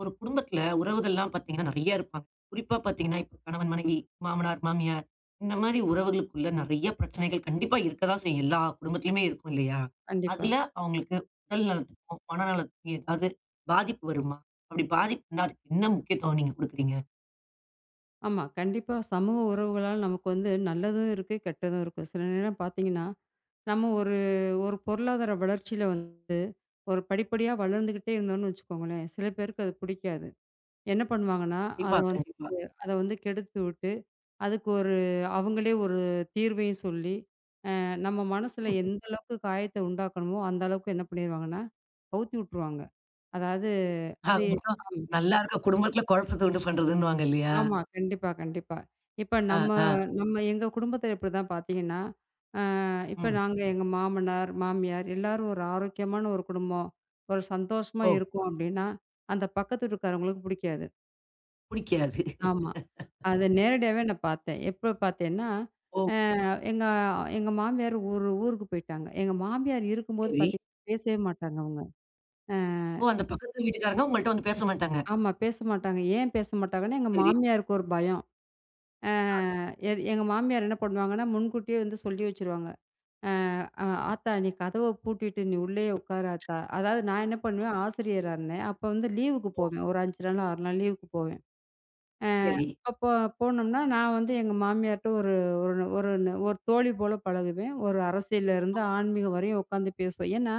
ஒரு குடும்பத்துல உறவுகள்லாம் பார்த்தீங்கன்னா நெறைய இருப்பாங்க. குறிப்பா பார்த்தீங்கன்னா, இப்ப கணவன், மனைவி, மாமனார், மாமியார் இந்த மாரி உறவுகளுக்குள்ள நெறைய பிரச்சனைகள் கண்டிப்பா இருக்க தான் செய்யும். எல்லா குடும்பத்திலயுமே இருக்கும் இல்லையா? கண்டிப்பா. அதுல அவங்களுக்கு உடல் நலத்துக்கும், மன நலத்துக்கும் ஏதாவது பாதிப்பு வருமா? அப்படி பாதிப்பு இருந்தா அதுக்கு என்ன முக்கியத்துவம் நீங்க குடுக்குறீங்க? ஆமா. கண்டிப்பா சமூக உறவுகளால் நமக்கு வந்து நல்லதும் இருக்கு, கெட்டதும் இருக்கு. சில நேரம் பார்த்தீங்கன்னா, நம்ம ஒரு ஒரு பொருளாதார வளர்ச்சியில வந்து ஒரு படிப்படியா வளர்ந்துகிட்டே இருந்தோம்னு வச்சுக்கோங்களேன், சில பேருக்கு அது பிடிக்காது. என்ன பண்ணுவாங்கன்னா, அத கண்டிப்பா, வந்து கண்டிப்பா. அத வந்து கெடுத்து விட்டு, அதுக்கு ஒரு அவங்களே ஒரு தீர்வையும் சொல்லி, நம்ம மனசுல எந்த அளவுக்கு காயத்த உண்டாக்கணுமோ, அந்த அளவுக்கு என்ன பண்ணிருவாங்கன்னா, கவுத்தி விட்டுருவாங்க. அதாவது ஆக அது மொத்தம் நல்லா இருக்க குடும்பத்துல குழப்பத்த உண்டு பண்றதுன்னுவாங்க இல்லையா? ஆமா. கண்டிப்பா, கண்டிப்பா. இப்ப ஆ, நம்ம ஆ. நம்ம எங்க குடும்பத்தில இப்படிதான் பார்த்தீங்கன்னா, இப்ப ம். நாங்க எங்க மாமனார், மாமியார் எல்லாரும் ஒரு ஆரோக்கியமான ஒரு குடும்பம், ஒரு சந்தோஷமா ஓ! இருக்கோம் அப்படின்னா, அந்த பக்கத்து வீட்டுக்காரங்களுக்கு பிடிக்காது. புடிக்காது. ஆமா. அத நேரடியாவே நான் பார்த்தேன். எப்ப பார்த்தேன்னா, ஓ! அ எங்க எங்க மாமியார் ஒரு ஊருக்கு போயிட்டாங்க. எங்க மாமியார் இருக்கும்போது சரி. பார்த்தீங்கன்னா, பேசவே மாட்டாங்க அவங்க. அ ஓ! அந்த பக்கத்து வீட்டுக்காரங்க உங்கள்ட்ட வந்து பேச மாட்டாங்க. ஆமா. பேச மாட்டாங்க. ஏன் பேச மாட்டாங்கன்னா, எங்க சரி. மாமியாருக்கு ஒரு பயம். அ எது எங்க மாமியார் என்ன பண்ணுவாங்கன்னா, முன்கூட்டியே வந்து சொல்லி வச்சுருவாங்க. அ ம். "ஆத்தா நீ கதவ பூட்டிட்டு நீ உள்ளேயே உட்காரு ஆத்தா." அதாவது நான் என்ன பண்ணுவேன், ஆசிரியரா இருந்தேன். அப்ப வந்து லீவுக்கு ஓ! போவேன். ஒரு 5 நாள் 6 நாள் லீவுக்கு போவேன். அ சரி. அப்போ போனோம்னா நான் வந்து எங்க மாமியார்ட்ட ஒரு ஒரு ஒரு ஒரு தோழி போல பழகுவேன். ஒரு அரசியல்ல இருந்து ஆன்மீகம் வரையும் உட்காந்து பேசுவோம். ஏன்னா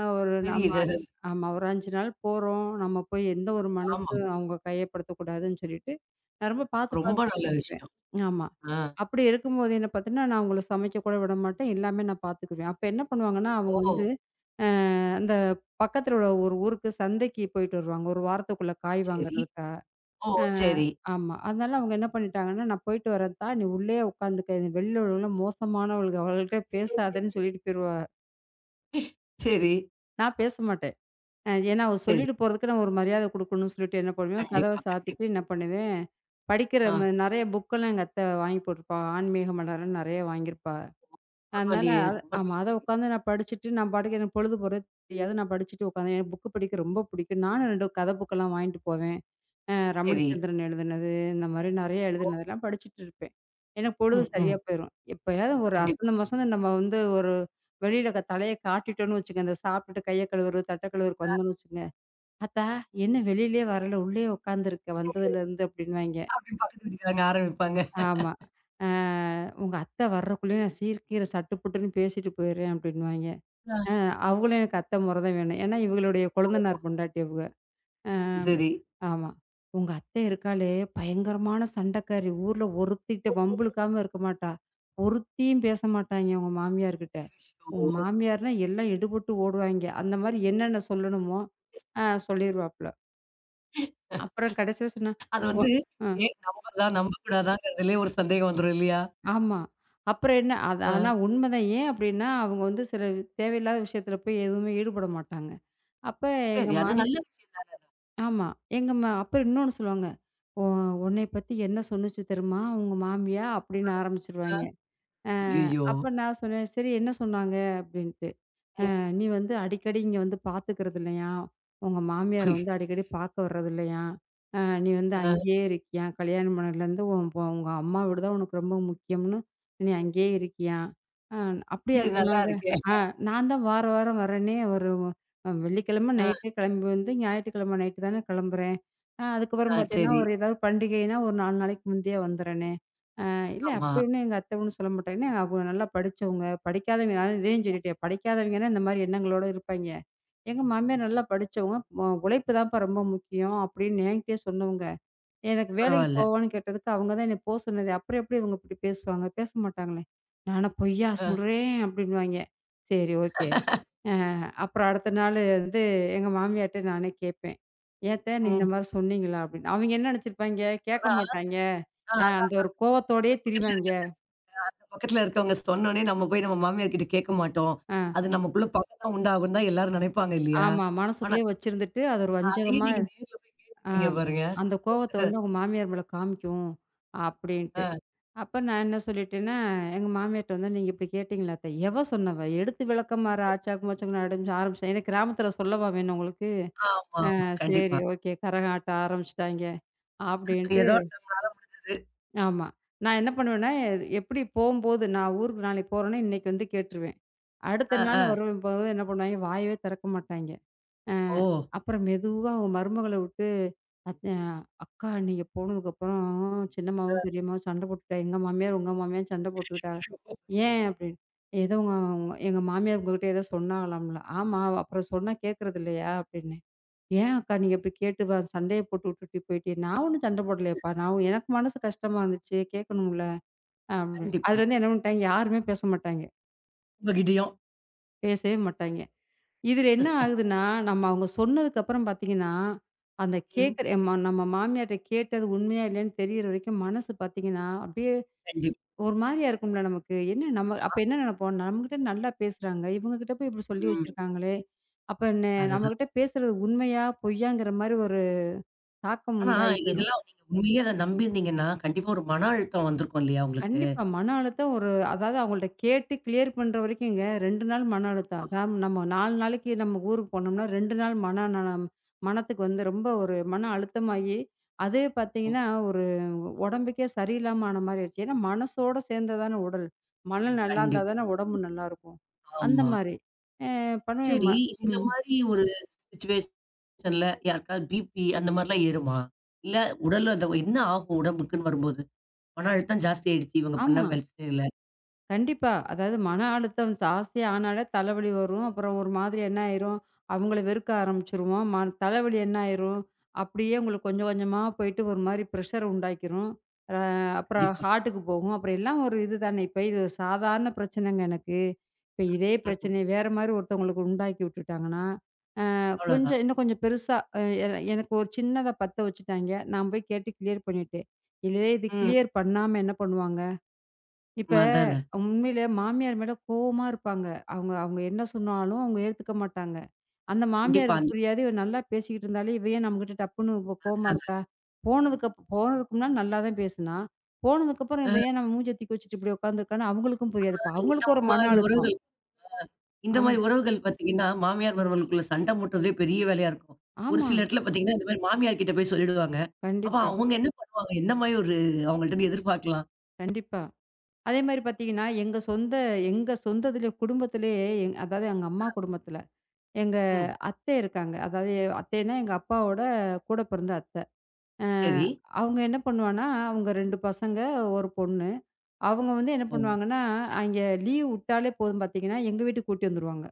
ஒரு நம்ம தெரியுது. ஆமா. ஒரு 5 நாள் போறோம். நம்ம போய் எந்த ஒரு ஆமா. மனசு அவங்க கையப்படுத்தக்கூடாதுன்னு சொல்லிட்டு, நான் ரொம்ப பார்த்து ரொம்ப பார்த்து நல்ல இருந்துக்குவேன். விஷயம். ஆமா. ஆ. அப்படி இருக்கும்போது என்ன பார்த்தீங்கன்னா, நான் அவங்கள சமைக்க கூட விட மாட்டேன். எல்லாமே நான் பார்த்துக்குவேன். அப்ப என்ன பண்ணுவாங்கன்னா, அவங்க ஓ! வந்து அ அந்த பக்கத்துல உள்ள ஒரு ஊருக்கு சந்தைக்கு போயிட்டு வருவாங்க. ஒரு வாரத்துக்குள்ள காய் சரி. வாங்குறதுக்கா. ஓ! அ சரி. ஆமா. அதனால அவங்க என்ன பண்ணிட்டாங்கன்னா, "நான் போயிட்டு வரேன்த்தா, நீ உள்ளயே உட்காந்துக்க. வெளில உள்ளவங்கலாம் மோசமானவளுக. அவளுகள்ட்ட பேசாதன்னு" சொல்லிட்டு போயிருவா. சரி, நான் பேச மாட்டேன். ஏன்னா, அவ சரி. சொல்லிட்டு போறதுக்கு நம்ம ஒரு மரியாதை குடுக்கணும்னு சொல்லிட்டு என்ன பண்ணுவேன், கதவ கண்டிப்பா, கண்டிப்பா. சாத்திட்டு என்ன பண்ணுவேன், படிக்கிற ஆ. நெறைய புக்கெல்லாம் எங்க அத்தை வாங்கி போட்டுருப்பா. ஆன்மீக மலர்ன்னு நெறைய வாங்கியிருப்பா. அதனால பரவாயில்லையே! அத ரொம்ப நல்ல ஆமா. அத விஷயம். உட்காந்து நான் படிச்சுட்டு நான் பாட்டுக்கு எனக்கு பொழுது போறது தெரியாது. நான் படிச்சுட்டு உட்காந்து எனக்கு புக்கு படிக்க ரொம்ப பிடிக்கும். நானும் 2 கதை புக்கெல்லாம் வாங்கிட்டு போவேன். சரி. ரமணிச்சந்திரன் எழுதுனது, இந்த மாரி நெறைய ஓ! எழுதுனதெல்லாம் படிச்சுட்டு இருப்பேன். எனக்கு பொழுது ம், சரியா ம். போயிரும். எப்பயாவது ஒரு கண்டிப்பா. அசந்து மசந்து நம்ம வந்து ஒரு வெளியில தலைய காட்டிட்டோம்னு வச்சுக்கங்க, இந்த சாப்பிட்டுட்டு கைய கழுவுறது, தட்ட கழுவுறதுக்கு வந்தோம்னு வச்சுக்கங்க, "அத்தா, என்ன வெளியிலயே வரல, உள்ளயே உட்காந்துருக்க வந்ததுலேருந்து?" அப்படின்னுவாய்ங்க. அப்படின்னு பக்கத்து வீட்டுக்காரங்க ஆரம்பிப்பாங்க. ஆமா. அ "உங்க அத்தை வர்றக்குள்ளயே நான் சீக்கிர சட்டு புட்டுன்னு பேசிட்டு போயிடுறேன்" அப்படின்னுவாய்ங்க. ஆ. அ அவங்களும் எனக்கு அத்தை முறை தான் வேணும். ஏன்னா இவங்களுடைய ஓ! கொழுந்தனார் பொண்டாட்டி இவங்க. அ சரி. ஆமா. "உங்க அத்தை இருக்காளே, பயங்கரமான சண்டைக்காரி. ஊர்ல ஒருத்திட்ட வம்பு இழுக்காம இருக்க மாட்டா. ஒருத்தியும் பேச மாட்டாய்ங்க உங்க மாமியார் கிட்ட. உங்க ஐயோ! மாமியார்னா எல்லாம் எடுபட்டு ஓடுவாய்ங்க." அந்த மாரி என்னென்ன சொல்லணுமோ, சொல்லிருவாப்புல. அப்புறம் கடைசியா சொன்னா, அது ஒ வந்து அ. ஏன் நம்பறதா, நம்பக்கூடாதாங்கிறதுலயே ஒரு சந்தேகம் வந்துரும் இல்லையா? ஆமா. அப்புறம் என்ன? அது ஆ. ஆனா உண்மதான். ஏன் அப்டின்னா, அவங்க வந்து சில தேவையில்லாத விஷயத்துல போய் எதுவுமே ஈடுபட மாட்டாங்க. அப்ப எங்க சரி. அது மாமி நல்ல விஷயம் தானே. ஆமா. எங்க மா அப்புறம் இன்னொன்னு சொல்லுவாங்க. "ஒ "உன்னைய பத்தி என்ன சொன்னுச்சு தெரியுமா? உங்க மாமியா" அப்டின்னு ஆ. ஆரம்பிச்சுருவாய்ங்க. அ ஐயய்யோ! அப்ப நான் சொன்னேன், "சரி என்ன சொன்னாங்க?" அப்டின்ட்டு. ம். "நீ வந்து அடிக்கடி இங்க வந்து பார்த்துக்கிறது இல்லையா? உங்க மாமியார் ஐ வந்து அடிக்கடி பார்க்க வர்றது இல்லையா? அ நீ வந்து ஆ. அங்கேயே இருக்கியா? கல்யாணம் பண்ணதுலேருந்து உன் பொ உங்க அம்மா வீடு தான் உனக்கு ரொம்ப முக்கியம்னு நீ அங்கேயே இருக்கியா?" அ "அப்படியா இது நல்லா சொன்னாங்க?" இருக்கே! "ஆ, நான் தான் வார வாரம் வரேனே! ஒரு வெள்ளிக்கிழமை ஆ, நைட்டே கிளம்பி வந்து ஞாயிற்றுக்கிழமை நைட்டு தானே கிளம்புறேன். ஆ. அதுக்கப்புறம் பார்த்தீங்கன்னா, சரி. ஒரு ஏதாவது பண்டிகைன்னா ஒரு 4 நாளைக்கு முந்தைய வந்துறேனே!" இல்ல ஆமா. அப்படி ஒண்ணும் எங்க அத்தை ஒண்ணும் சொல்ல மாட்டாங்க. ஏன்னா அவங்க நல்லா படிச்சவங்க. படிக்காதவங்க நான் இதையும் சொல்லிட்டேன். படிக்காதவங்கன்னா இந்த மாரி எண்ணங்களோட இருப்பாய்ங்க. எங்க மாமியார் நல்லா படிச்சவங்க. உழைப்பு தான்ப்பா ரொம்ப முக்கியம் அப்படின்னு என்கிட்டயே சொன்னவங்க. எனக்கு வேலைக்கு பரவால்ல. போவான்னு கேட்டதுக்கு அவங்க தான் என்ன போ சொன்னது. அப்புறம் எப்படி இவங்க இப்படி பேசுவாங்க? பேச மாட்டாங்களே. நானா பொய்யா ஆ. சொல்றேன் அப்படின்னுவாய்ங்க. சரி, ஓகே. அ அப்புறம் அடுத்த நாள் வந்து எங்க மாமியார்ட்ட நானே கேட்பேன். ஏத்த நீ இந்த ம். மாரி சொன்னீங்களா அப்படின்னு. அவங்க என்ன நினைச்சிருப்பாய்ங்க? கேட்க ஆனா, மாட்டாய்ங்க. ஆ அதான் அந்த ஒரு கோவத்தோடயே அந்த பக்கத்துல திரிவாய்ங்க. இருக்கிறது அந்த பக்கத்துல இருக்கவங்க சொன்னோனே, நம்ம போய் நம்ம மாமியார் கிட்ட கேட்க மாட்டோம். ஆ, அது நமக்குள்ள பகை தான் உண்டாகும்னு தான் எல்லாரும் நெனைப்பாங்க இல்லையா? ஆமா. ஆனா, மனசுக்குள்ளேயே வச்சிருந்துட்டு, அது ஒரு அதையே வஞ்சகமா நீங்க நேர்ல போய் ஆ கேட்டுருக்கீங்க பாருங்க. அந்த கோவத்த சூப்பர். வந்து அவங்க மாமியார் மேல காமிக்கும், அப்படின்ட்டு. அ, அப்ப நான் என்ன சொல்லிட்டேன்னா, எங்க மாமியார்ட்ட வந்து, "நீங்க இப்படி கேட்டீங்களா அத்த?" "எவ சொன்னவ? எடுத்து விளக்கமாறு ஆச்சாக்கு மாச்சாக்குன்னு" ஆரம்பிச்சேன். ஏன்னா கிராமத்துல சொல்லவா வேணும் உங்களுக்கு? ஆமா, ஆமா. "சரி, கண்டிப்பா. ஓகே. கரகாட்டம் ஆரம்பிச்சுட்டாய்ங்க" அப்படின்ட்டு. ஏதோ நம்மளால முடிஞ்சது. ஆமா. நான் என்ன பண்ணுவேன்னா, எது எப்படி போம்போது நான் ஊருக்கு நாளைக்கு போறேன்னா, இன்னைக்கு வந்து கேட்டுருவேன். அடுத்த அ, நாள் அ. வரும்போது என்ன பண்ணுவாய்ங்க, வாயவே திறக்க மாட்டாய்ங்க. அ ஓ! அப்புறம் மெதுவா அவங்க மருமகள விட்டு, அத் அ அக்கா நீங்க போனதுக்கப்புறம் சின்னம்மாவும், அ பெரியம்மாவும் சண்டை போட்டுட்டா. எங்க மாமியார், உங்க மாமியார் சண்டை போட்டுக்கிட்டாங்க. ஏன்? அப்படின்னு. ஏதோ உங்க உங்க எங்க மாமியார் உங்ககிட்ட ஏதோ சொன்னாங்களாம்ல. ஆமா. அப்புறம் சொன்னா கேட்கறது இல்லையா? அப்படின்னு. ஏன் அக்கா நீங்க இப்படி கேட்டு சண்டைய போட்டு விட்டுட்டு போயிட்டீங்க? நான் ஒண்ணும் சண்டை போடலையேப்பா. எனக்கு மனசு கஷ்டமா இருந்துச்சு. கேட்கணும்ல, அப்படின்னு. கண்டிப்பா. அதுலேருந்து என்ன பண்ணிட்டாங்க, யாருமே பேச மாட்டாங்க. உங்ககிட்டயும். பேசவே மாட்டாய்ங்க. இதில என்ன ஆகுதுன்னா, நம்ம அவங்க சொன்னதுக்கு அப்புறம் பார்த்தீங்கன்னா, அந்த ம். கேட்கற நம்ம மாமியார்ட்ட கேட்டது உண்மையா இல்லையான்னு தெரியற வரைக்கும் மனசு பார்த்தீங்கன்னா, அப்படியே கண்டிப்பா. ஒரு மாரியா இருக்கும்ல நமக்கு. என்ன நம்ம அப்ப என்ன நெனைப்போம், நம்மகிட்ட நல்லா பேசுறாங்க. இவங்க கிட்ட போய் இப்படி சொல்லி ம். வச்சிருக்காங்களே! அப்ப அதுதான். நம்மகிட்ட பேசுறது உண்மையா? பொய்யாங்கிற மாரி ஒரு தாக்கம் ஆனா, உண்டாகி போயிரும். இதெல்லாம் நீங்க உண்மையிலேயே அத நம்பியிருந்தீங்கன்னா, கண்டிப்பா ஒரு மன அழுத்தம் வந்திருக்கும் இல்லையா உங்களுக்கு? கண்டிப்பா. மன அழுத்தம் ஒரு அதாவது அவங்கள்ட்ட கேட்டு கிளியர் பண்ற வரைக்குங்க 2 நாள் மன அழுத்தம். அதான் நம்ம 4 நாளைக்கு நம்ம ஊருக்கு போனோம்னா 2 நாள் மன நலம் மனத்துக்கு வந்து ரொம்ப ஒரு மன அழுத்தமாகி, அதே ஓ! பார்த்தீங்கன்னா, ஒரு உடம்புக்கே சரியில்லாம ஆன மாரி ஆயிடுச்சு. ஏன்னா மனசோட சேர்ந்தா தானே உடல். மனம் நல்லாருந்தா கண்டிப்பா. தானே உடம்பு நல்லாருக்கும். அந்த ஆமா. மாரி. அ பண்ணுவேன். சரி. ம இந்த ம். மாரி ஒரு சிச்சுவேஷன்ல யாருக்காவது பிபி அந்த மாரிலாம் ஏறுமா? இல்ல உடல்ல அந்த என்ன ஆகும் உடம்புக்குன்னு வரும்போது? மன அழுத்தம் ஜாஸ்தி ஆயிடுச்சு இவங்க பண்ண ஆமா. வேல செய்யல. கண்டிப்பா. அதாவது மன அழுத்தம் ஜாஸ்தியா ஆனாலே தலைவலி வரும். அப்புறம் ஒரு மாதிரி என்ன ஆயிரும், அவங்கள வெறுக்க ஆரம்பிச்சுருவோம். தலைவலி என்ன ஆயிரும், அப்படியே உங்களுக்கு கொஞ்சம் கொஞ்சமா போயிட்டு ஒரு மாரி ப்ரெஷர் உண்டாக்கிரும். அ அப்புறம் கண்டிப்பா. ஹார்ட்டுக்கு போகும். அப்புறம் எல்லாம் ஒரு இது தானே. இப்ப இது ஒரு சாதாரண பிரச்சனைங்க எனக்கு. இப்ப இதே ம். பிரச்சனைய வேற மாரி ஒருத்தவங்களுக்கு உண்டாக்கி விட்டுட்டாங்கன்னா, அவ்வளோதான். கொஞ்சம் இன்னும் கொஞ்சம் பெருசா அ என எனக்கு ஒரு சின்னதா பத்த வச்சுட்டாய்ங்க. நான் போய் கேட்டு கிளியர் பண்ணிட்டேன். இதுவே இது ம். கிளியர் பண்ணாம என்ன பண்ணுவாங்க? இப்ப அதானே. உண்மையிலே மாமியார் மேல கோவமா இருப்பாங்க. அவங்க அவங்க என்ன சொன்னாலும் அவங்க ஏத்துக்க மாட்டாங்க. அந்த கண்டிப்பா. மாமியாருக்கு அந்த புரியாது. இவ நல்லா பேசிக்கிட்டு இருந்தாலே, இவ ஏன் நம்மகிட்ட டப்புன்னு இப்ப கோவமா இருக்கா? போனதுக்கு முன்னாடி நல்லா தான் பேசினா. போனதுக்கப்புறம் இவ அ ஏன் நம்ம மூஞ்ச தூக்கி வச்சுட்டு இப்படி உட்காந்துருக்கான்னு அவங்களுக்கும் புரியாது. இப்ப இந்த அவங்களுக்கு ஒரு மன மாரி அழுத்தம். உறவுகள் இந்த ஆம் மாரி உறவுகள் பார்த்தீங்கன்னா, மாமியார் மருமகளுக்குள்ள சண்டை மூட்டுறதே பெரிய வேலையா இருக்கும். ஒரு ஆமா. சில இடத்துல பார்த்தீங்கன்னா, இந்த மாரி மாமியார் கிட்ட போய் சொல்லிடுவாங்க. அப்ப கண்டிப்பா, அவங்க என்ன பண்ணுவாங்க? என்ன மாரி ஒரு அவங்கள்ட்ட இருந்து எதிர்பார்க்கலாம்? கண்டிப்பா. அதே மாரி பார்த்தீங்கன்னா, எங்க சொந்தத்திலே குடும்பத்திலேயே அதாவது எங்க அம்மா குடும்பத்தில, எங்க ம். அத்தை இருக்காங்க. அதாவது அத்தைன்னா எங்க அப்பாவோட கூட பிறந்த அத்தை. அ சரி. அவங்க என்ன பண்ணுவான்னா, அவங்க 2 பசங்க, 1 பொண்ணு. அவங்க வந்து என்ன ம். பண்ணுவாங்கன்னா, அங்கே லீவ் விட்டாலே போதும் பார்த்தீங்கன்னா, எங்க வீட்டுக்கு கூட்டி வந்துருவாங்க.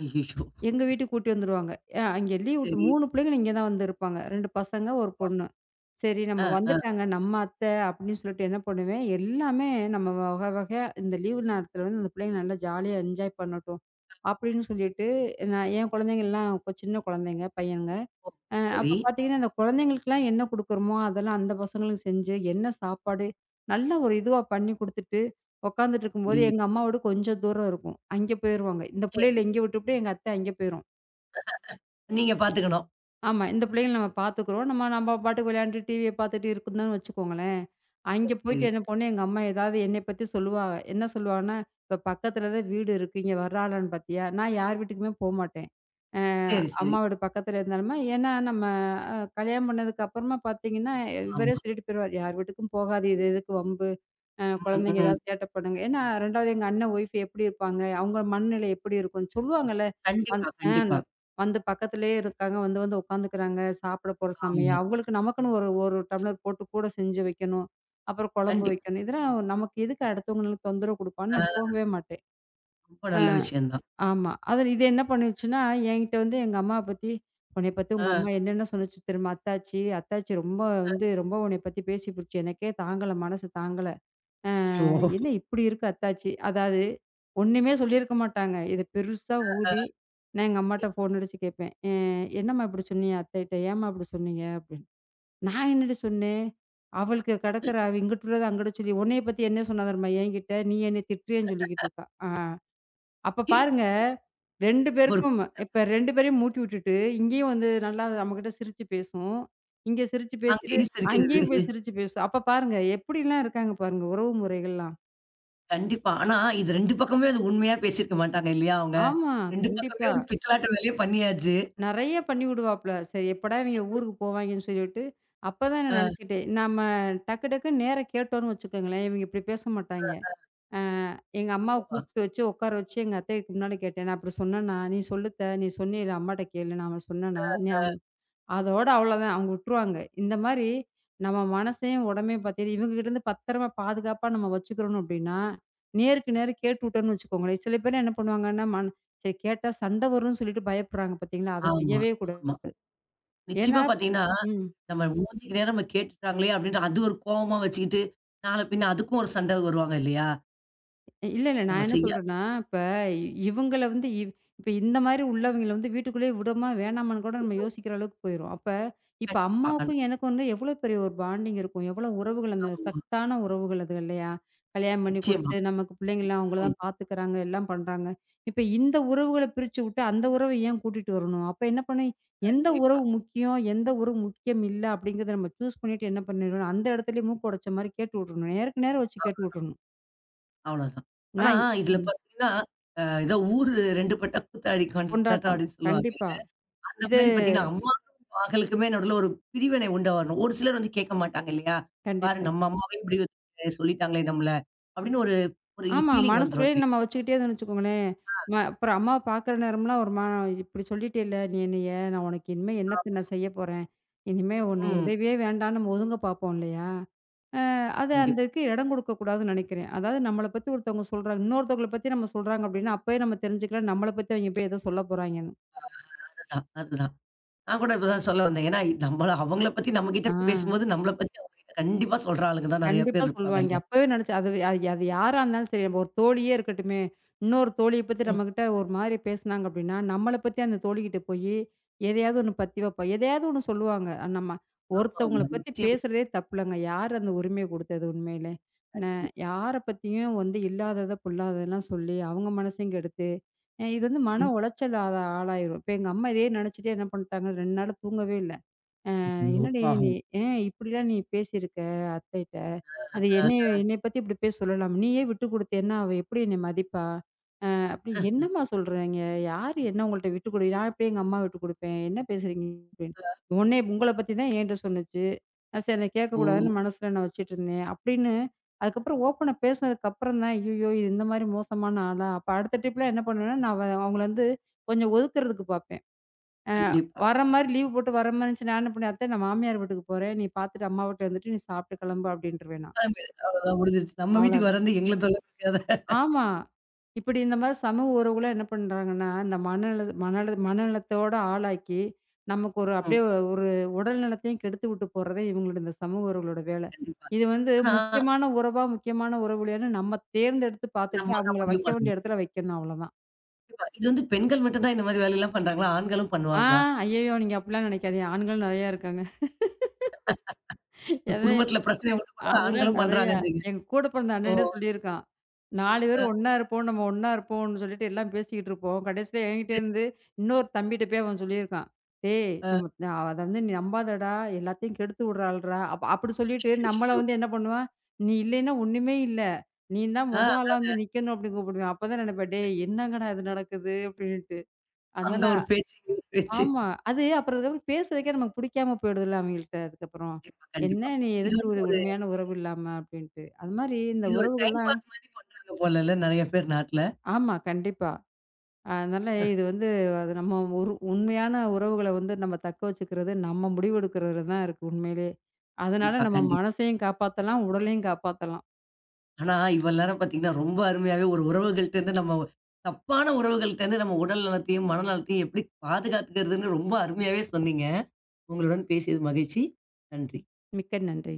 ஐய்யய்யோ! எங்க வீட்டுக்கு கூட்டி வந்துருவாங்க. அங்கே லீவ் விட்டு சரி. 3 பிள்ளைங்களும் இங்கே தான் வந்து இருப்பாங்க. 2 பசங்க, 1 பொண்ணு. சரி நம்ம ஆ, ஆ. வந்துட்டாங்க, நம்ம அத்தை அப்படின்னு சொல்லிட்டு என்ன பண்ணுவேன், எல்லாமே நம்ம வகை வகையா இந்த லீவு நேரத்தில வந்து அந்த பிள்ளைங்க நல்லா ஜாலியா என்ஜாய் பண்ணட்டும், அப்படின்னு சொல்லிட்டு நான் என் குழந்தைங்கலாம் சின்ன குழந்தைங்க, பையனுங்க. ஓ! சரி. அப்ப பார்த்தீங்கன்னா, அந்த குழந்தைங்களுக்குலாம் என்ன குடுக்குறோமோ, அதெல்லாம் அந்த பசங்களுக்கு செஞ்சு, என்ன சாப்பாடு, நல்ல ஒரு இதுவா பண்ணி குடுத்துட்டு, உட்காந்துட்டு இருக்கும்போது, ம். எங்க அம்மா வீடு கொஞ்சம் தூரம் இருக்கும். அங்கே போயிருவாங்க. இந்த சரி. பிள்ளைகள இங்கே விட்டுப்புட்டு, எங்க அத்தை அங்கே போயிரும். நீங்க பாத்துக்கணும். ஆமா. இந்த பிள்ளைங்கள நம்ம பார்த்துக்குறோம். நம்ம நம்ம பாட்டுக்கு விளையாண்டு டிவிய பார்த்துட்டு இருக்குதுன்னு வச்சுக்கோங்களேன். அங்கே சரி, போயிட்டு சரி. என்ன பண்ணும், எங்க அம்மா ஏதாவது என்னைய பத்தி சொல்லுவாங்க. என்ன சொல்லுவாங்கன்னா, "இப்ப பக்கத்துல தான் வீடு இருக்கு. இங்க வர்றாளான்னு பார்த்தியா?" நான் யார் வீட்டுக்குமே போமாட்டேன். அ சரி, சரி. அம்மா வீடு பக்கத்துல இருந்தாலுமே ஏன்னா நம்ம அ கல்யாணம் பண்ணதுக்கு அப்புறமா பார்த்தீங்கன்னா, இவரே ஆமா. சொல்லிட்டு போயிருவாரு, "யார் வீட்டுக்கும் போகாத. இது எதுக்கு வம்பு? ம், குழந்தைங்க ம். ஏதாவது சேட்டை பண்ணுங்க." ஏன்னா 2வது எங்க அண்ணன் ஒய்ஃப் எப்படி இருப்பாங்க? அவங்க மனநிலை எப்படி இருக்கும்? சொல்லுவாங்கல்ல. அந் கண்டிப்பா, அ கண்டிப்பா. வந்து பக்கத்திலேயே இருக்காங்க. வந்து வந்து உட்காந்துக்கிறாங்க. சாப்பிட போற ஆமா. சமயம் அவங்களுக்கு நமக்குன்னு ஒரு ஒரு டம்ளர் போட்டு கூட செஞ்சு வைக்கணும். அப்புறம் குழம்பு கண்டிப்பா. வைக்கணும். இதெல்லாம் நமக்கு எதுக்கு அடுத்தவங்களுக்கு தொந்தரவு குடுப்பான்னு நான் ஆ போகவே மாட்டேன். ரொம்ப அ நல்ல விஷயம் தான். ஆமா. அதில இது என்ன பண்ணுச்சுன்னா, என்கிட்ட வந்து எங்க அம்மாவ பத்தி உன்னைய பத்தி உங்க ஆ. அம்மா என்னென்ன சொன்னுச்சு தெரியுமா? அத்தாச்சி அத்தாச்சி ரொம்ப வந்து ரொம்ப உன்னைய பத்தி பேசி புடிச்சு. எனக்கே தாங்கல மனசு தாங்கல. அச்சோ! என்ன இப்படி இருக்கு அத்தாச்சி? அதாவது ஒண்ணுமே சொல்லியிருக்க மாட்டாங்க. இத பெருசா அ ஊதி நான் எங்க அம்மாட்ட ஃபோன் அடிச்சு கேட்பேன். "என்னம்மா இப்படி சொன்னீங்க அத்தைட்ட? ஏம்மா இப்படி சொன்னீங்க?" அப்படின்னு. "நான் என்னடி சொன்னேன்? அவளுக்கு கிடக்குற அவ இங்கிட்டு உள்ளத அங்கிட்டு சொல்லி உன்னைய பத்தி என்ன சொன்னா தெரியுமா என்கிட்ட? நீ என்னைய திட்டுறியேன்னு சொல்லிக்கிட்டு இருக்கா." ஆ, அப்ப பாருங்க 2 ஒரு பேருக்கும் இப்ப 2 பேரையும் மூட்டி விட்டுட்டு, இங்கேயும் வந்து நல்லா நம்மகிட்ட சிரிச்சு பேசும். இங்க சிரிச்சு பேசிட்டு, அங்கேயும் சிரிக்கிறது. அங்கேயும் போய் சிரிச்சு பேசும். அப்ப பாருங்க எப்படிலாம் இருக்காங்க பாருங்க உறவு முறைகள்லாம். கண்டிப்பா. ஆனா, இது 2 பக்கமே அது உண்மையா பேசியிருக்க மாட்டாங்க இல்லையா அவங்க? ஆமா. 2 பக்கமே கண்டிப்பா. ஒரு பித்தலாட்டு வேலைய பண்ணியாச்சு. நெறைய பண்ணி விடுவாப்ல. சரி எப்படா இவங்க ஊருக்கு போவாய்ங்கன்னு சொல்லிட்டு, அப்பதான் நான் ஆ. நெனச்சுக்கிட்டேன். நம்ம டக்கு டக்குன்னு நேரா கேட்டோம்ன்னு வச்சுக்கோங்களேன், இவங்க இப்டி பேச மாட்டாய்ங்க. அ எங்க அம்மாவ நிச்சயமா. கூப்ட்டு வச்சு உட்கார வச்சு எங்க அத்தைக்கு முன்னால கேட்டேன். "நான் இப்டி சொன்னேனா? நீ சொல்லுத்த. நீ சொன்னீல அம்மாட்ட கேளு. நான் அவன் சொன்னேனா? நீ அவ." அதோட அவ்வளோதான். அவங்க உட்டுருவாங்க. இந்த மாரி நம்ம மனசையும், உடம்பையும் பாத்தீங்கன்னா, இவங்ககிட்டருந்து பத்திரமா பாதுகாப்பா நம்ம வச்சுக்கிறணும் அப்டின்னா, நேருக்கு நேர் கேட்டுட்டோம்னு வச்சுக்கோங்களேன். சில பேர் என்ன பண்ணுவாங்கன்னா, சரி கேட்டா சண்ட வரும்னு சொல்லிட்டு பயப்படுறாங்க பாத்தீங்களா? அத ஆமா, செய்யவே ஆமா. கூடாது. ஏன்னா நிச்சயமா பாத்தீங்கன்னா, ம். நம்ம மூஞ்சிக்கு நேரா நம்ம கேட்டுட்டாங்களே! அப்டின்னு அது ஒரு கோவமா வச்சுக்கிட்டு, நாள பின்ன அதுக்கும் ஒரு சண்டை வருவாங்க இல்லையா? இல்ல, இல்ல. நான் நம்ம என்ன செய்ய சொல்றேன்னா, இப்ப இ- இவங்கள வந்து இ இப்ப இந்த மாரி உள்ளவங்கள வந்து வீட்டுக்குள்ளேயே விடோமா, வேணாமான்னு கூட நம்ம யோசிக்கிற அளவுக்கு போயிரும். அப்ப இப்ப கண்டிப்பா. அம்மாவுக்கும் எனக்கும் வந்து எவ்வளோ பெரிய ஒரு பாண்டிங் இருக்கும். எவ்வளோ உறவுகள் அந்த ஆமா. சத்தான உறவுகள் அது இல்லையா? கல்யாணம் பண்ணி நிச்சயமா. குடுத்து, நமக்கு பிள்ளைங்கலாம் அவங்கள ம். தான் பார்த்துக்கறாங்க, எல்லாம் பண்றாங்க. இப்ப இந்த உறவுகள பிரிச்சு விட்டு, அந்த உறவ ஏன் கூட்டிட்டு வரணும்? அப்ப என்ன பண்ண எந்த கண்டிப்பா. உறவு முக்கியம், எந்த உறவு முக்கியம் இல்ல அப்படிங்கிறத நம்ம சூஸ் பண்ணிட்டு என்ன பண்ணிரணும், அந்த இடத்துலயே மூக்கு உடைச்ச மாரி கேட்டு விட்டுறணும். நேருக்கு நேரா வச்சு கேட்டு அவ்ளோ விட்டுறணும். அவ்வளோதான். ஆனா, நான் இதுல பாத்தீங்கன்னா, அ ஏதோ ஊரு 2 பட்டா கூத்தாடி கொண்டாட்டம் கொண்டாட்டம். அப்படின்னு சொல்லுவாங்க. கண்டிப்பா. அந்த இது மாரி பாத்தீங்கன்னா, அம்மாக்கும் மகளுக்குமே நடுவுல ஒரு பிரிவினை உண்டா வரணும். ஒரு சிலர் வந்து கேட்க மாட்டாங்க இல்லையா? பாரு கண்டிப்பா. நம்ம அம்மாவே இப்படி வந்து சொல்லிட்டாங்களே நம்மள, அப்படின்னு ஒரு ஒரு ஆமா. ஃபீலிங் வந்துரும் மனசுக்குள்ளேயே இல்லையா? நம்ம வச்சுக்கிட்டே இருந்தோம்னு வச்சுக்கோங்களேன், அப்புறம் அம்மாவ பார்க்குற நேரம்லாம் ஒரு இப்படி சொல்லிட்டேல்ல நீ என்னைய, நான் உனக்கு இனிமே என்னத்த நான் செய்ய போறேன்? இனிமே உன்ன ம். உதவியே வேண்டான்னு நம்ம ஒதுங்க பார்ப்போம் இல்லையா? அ அது கண்டிப்பா. அதுக்கு இடம் கொடுக்கக்கூடாதுன்னு நெனைக்கிறேன். அதாவது நம்மள பத்தி ஒருத்தவங்க சொல்றாங்க, இன்னொருத்தவங்கள பத்தி நம்ம சொல்றாங்க அப்படின்னா, அப்பயே நம்ம தெரிஞ்சுக்கலாம் நம்மள பத்தி அவைங்க போய் ஏதோ சொல்ல போறாங்கன்னு. அதுதான், அதுதான். நான் கூட இப்பதான் சொல்ல வந்தேன். ஏன்னா நம்மள அவங்கள பத்தி நம்மகிட்ட ஆ. பேசும்போது, நம்மள பத்தி அவங்க கிட்ட கண்டிப்பா சொல்ற ஆளுங்க தான் நெறைய கண்டிப்பா பேர் இருப்பாங்க சொல்லுவாய்ங்க. இல்லையா? அப்பவே நெனச்சேன். அது அது அது யாரா இருந்தாலும் சரி, நம்ம ஒரு தோழியே இருக்கட்டுமே, இன்னொரு தோழிய பத்தி ம். நம்மகிட்ட ஒரு மாதிரி பேசுனாங்க அப்டின்னா, நம்மள பத்தி அந்த தோழிகிட்ட போயி, எதையாவது ஒண்ணு பத்தி வைப்பா. எதையாவது ஒண்ணு சொல்லுவாங்க. நம்ம ஒருத்தவங்கள ஆமா. பத்தி நிச்சயமா. பேசுறதே தப்புலங்க. யார் அந்த உரிமைய குடுத்தது உண்மையிலே? ந கண்டிப்பா. யார பத்தியும் வந்து இல்லாதத, பொல்லாததெல்லாம் சொல்லி, அவங்க மனசையும் கெடுத்து, இது வந்து மன உளைச்சல் ஆளாயிரும். இப்ப எங்க அம்மா இதே நெனச்சுட்டே என்ன பண்ணிட்டாங்க, 2 நாளா தூங்கவே இல்ல. ஐயோ! "என்னடி நீ பாவம். ஏன் இப்படிலாம் நீ பேசியிருக்க அத்தைட்ட? அது அ என்னைய என்னைய பத்தி இப்படி போய் சொல்லலாம். நீயே விட்டு குடுத்தேன்னா, அவ எப்படி என்னை மதிப்பா? அப்படி என்னம்மா சொல்றீங்க? யாரு என்ன உங்கள்ட்ட விட்டு குடு நான் எப்படி எங்க அம்மா விட்டு குடுப்பேன்? என்ன பேசுறீங்க?" அப்படின்னு. உங்கள பத்தி தான் என்ட்ட சொன்னுச்சு. நான் சரி நான் ஓ! கேட்கக்கூடாதுன்னு மனசுல நான் வச்சுட்டுருந்தேன்." அப்படின்னு அதுக்கப்புறம் ஓப்பனா பேசினதுக்கப்புறம் தான், ஐய்யயோ! இது இந்த மாரி மோசமான ஆளா? அப்ப அடுத்த ட்ரிப்லாம் என்ன பண்ணுவேன்னா, நான் அவங்கள வந்து கொஞ்சம் ஒதுக்குறதுக்கு பார்ப்பேன். அ கண்டிப்பா. வர மாரி லீவ் போட்டு வர மாரி இருந்துச்சு நான் என்ன பண்ணேன், "அத்தை நான் மாமியார் வீட்டுக்கு போறேன். நீ பார்த்துட்டு அம்மா வீட்ல இருந்துட்டு நீ சாப்பிட்டு கிளம்பு" அப்படின்ருவேன் நான். அவ்வளோதான் முடிஞ்சிருச்சு. நம்ம வீட்டுக்கு அவ்வளோதான். வர வந்து எங்கள தொல்ல குடுக்காத. ஆமா. இப்படி இந்த மாரி சமூக உறவுகள என்ன பண்றாங்கன்னா, இந்த மனநல மனநல மனநலத்தோட ஆளாக்கி, நமக்கு ஒரு அப்படியே ம். ஒரு உடல் நலத்தையும் கெடுத்து விட்டு போறதே இவங்களோட இந்த சமூக உறவுகளோட வேலை. கண்டிப்பா. இது வந்து ஆனா, முக்கியமான உறவா, முக்கியமான உறவில்லையான்னு நம்ம தேர்ந்தெடுத்து பார்த்துட்டு, நம்ம தான் அவங்கள முடிவு வைக்க வேண்டிய பண்ணணும். இடத்துல வைக்கணும் அவ்வளோதான். கண்டிப்பா. இது வந்து பெண்கள் மட்டும் தான் இந்த மாரி வேலையெல்லாம் பண்றாங்களா? ஆண்களும் ஆ, பண்ணுவாங்களா? ஐயய்யோ! நீங்க அப்படிலாம் நினைக்காதீங்க. ஆண்கள் நெறையா இருக்காங்க. ஒரு எத குடும்பத்தில பிரச்சனைய உண்டு பண்ண அதெல்லாம் ஆண்களும் நெறைய. பண்றாங்கன்றீங்க. எங்க கூட பிறந்த ஓ! அண்ணனே சொல்லியிருக்கான். 4 பேரும் அ ஒண்ணா இருப்போம், நம்ம ஒண்ணா இருப்போம்ன்னு சொல்லிட்டு எல்லாம் பேசிக்கிட்டு இருப்போம். கடைசியில சரி. என்கிட்டேருந்து இன்னொரு தம்பிட்ட போய் அவன் சொல்லியிருக்கான். "டேய் அ நம்ம அத வந்து நீ நம்பாதடா, எல்லாத்தையும் கெடுத்து விடுறாள்டா." அப்படி சொல்லிட்டு நம்மள அச்சச்சோ! வந்து என்ன பண்ணுவான், "நீ இல்லைன்னா ஒண்ணுமே இல்ல. நீ தான் மொத ஆ ஆளா வந்து நிக்கணும்." அப்படின்னு கூப்பிடுவான். அப்பதான் நெனைப்பேன், "டேய் என்னங்கடா இது நடக்குது?" அப்படின்ட்டு. அங்க அதனால ஒரு பேச்சு, இங்க ஒரு பேச்சு. ஆமா. அது அப்புறம் அதுக்கப்புறம் பேசுறதுக்கே நமக்கு பிடிக்காம போயிடுதுல்ல அவங்கள்ட்ட அதுக்கப்புறம். கண்டிப்பா, கண்டிப்பா. "என்ன நீ இது எதுக்கு வந்து ஒரு ஒரு உண்மையான உறவு இல்லாம?" அப்படின்ட்டு. அது மாரி இந்த இது ஒரு டைம் உறவுகள்லாம் பாஸ் மாரி பண்றாங்க போலல்ல நெறைய பேர் நாட்ல. ஆமா, கண்டிப்பா. அதனால இது வந்து அது நம்ம ஒரு உண்மையான உறவுகள வந்து நம்ம தக்க வச்சுக்கிறது, நம்ம முடிவெடுக்கிறதுல தான் இருக்கு உண்மையிலே. அதனால கண்டிப்பா, நம்ம கண்டிப்பா. மனசையும் காப்பாத்தலாம், உடலையும் காப்பாத்தலாம். ஆனா, இவ்வளவு நேரம் பார்த்தீங்கன்னா, ரொம்ப அருமையாவே ஒரு உறவுகள்ட்ட இருந்து நம்ம தப்பான உறவுகள்ட்ட இருந்து நம்ம உடல் நலத்தையும், மன நலத்தையும் எப்படி பாதுகாத்துக்கிறதுன்னு ரொம்ப அருமையாவே சொன்னீங்க. உங்களுடன் பேசியது மகிழ்ச்சி. நன்றி. மிக்க நன்றி.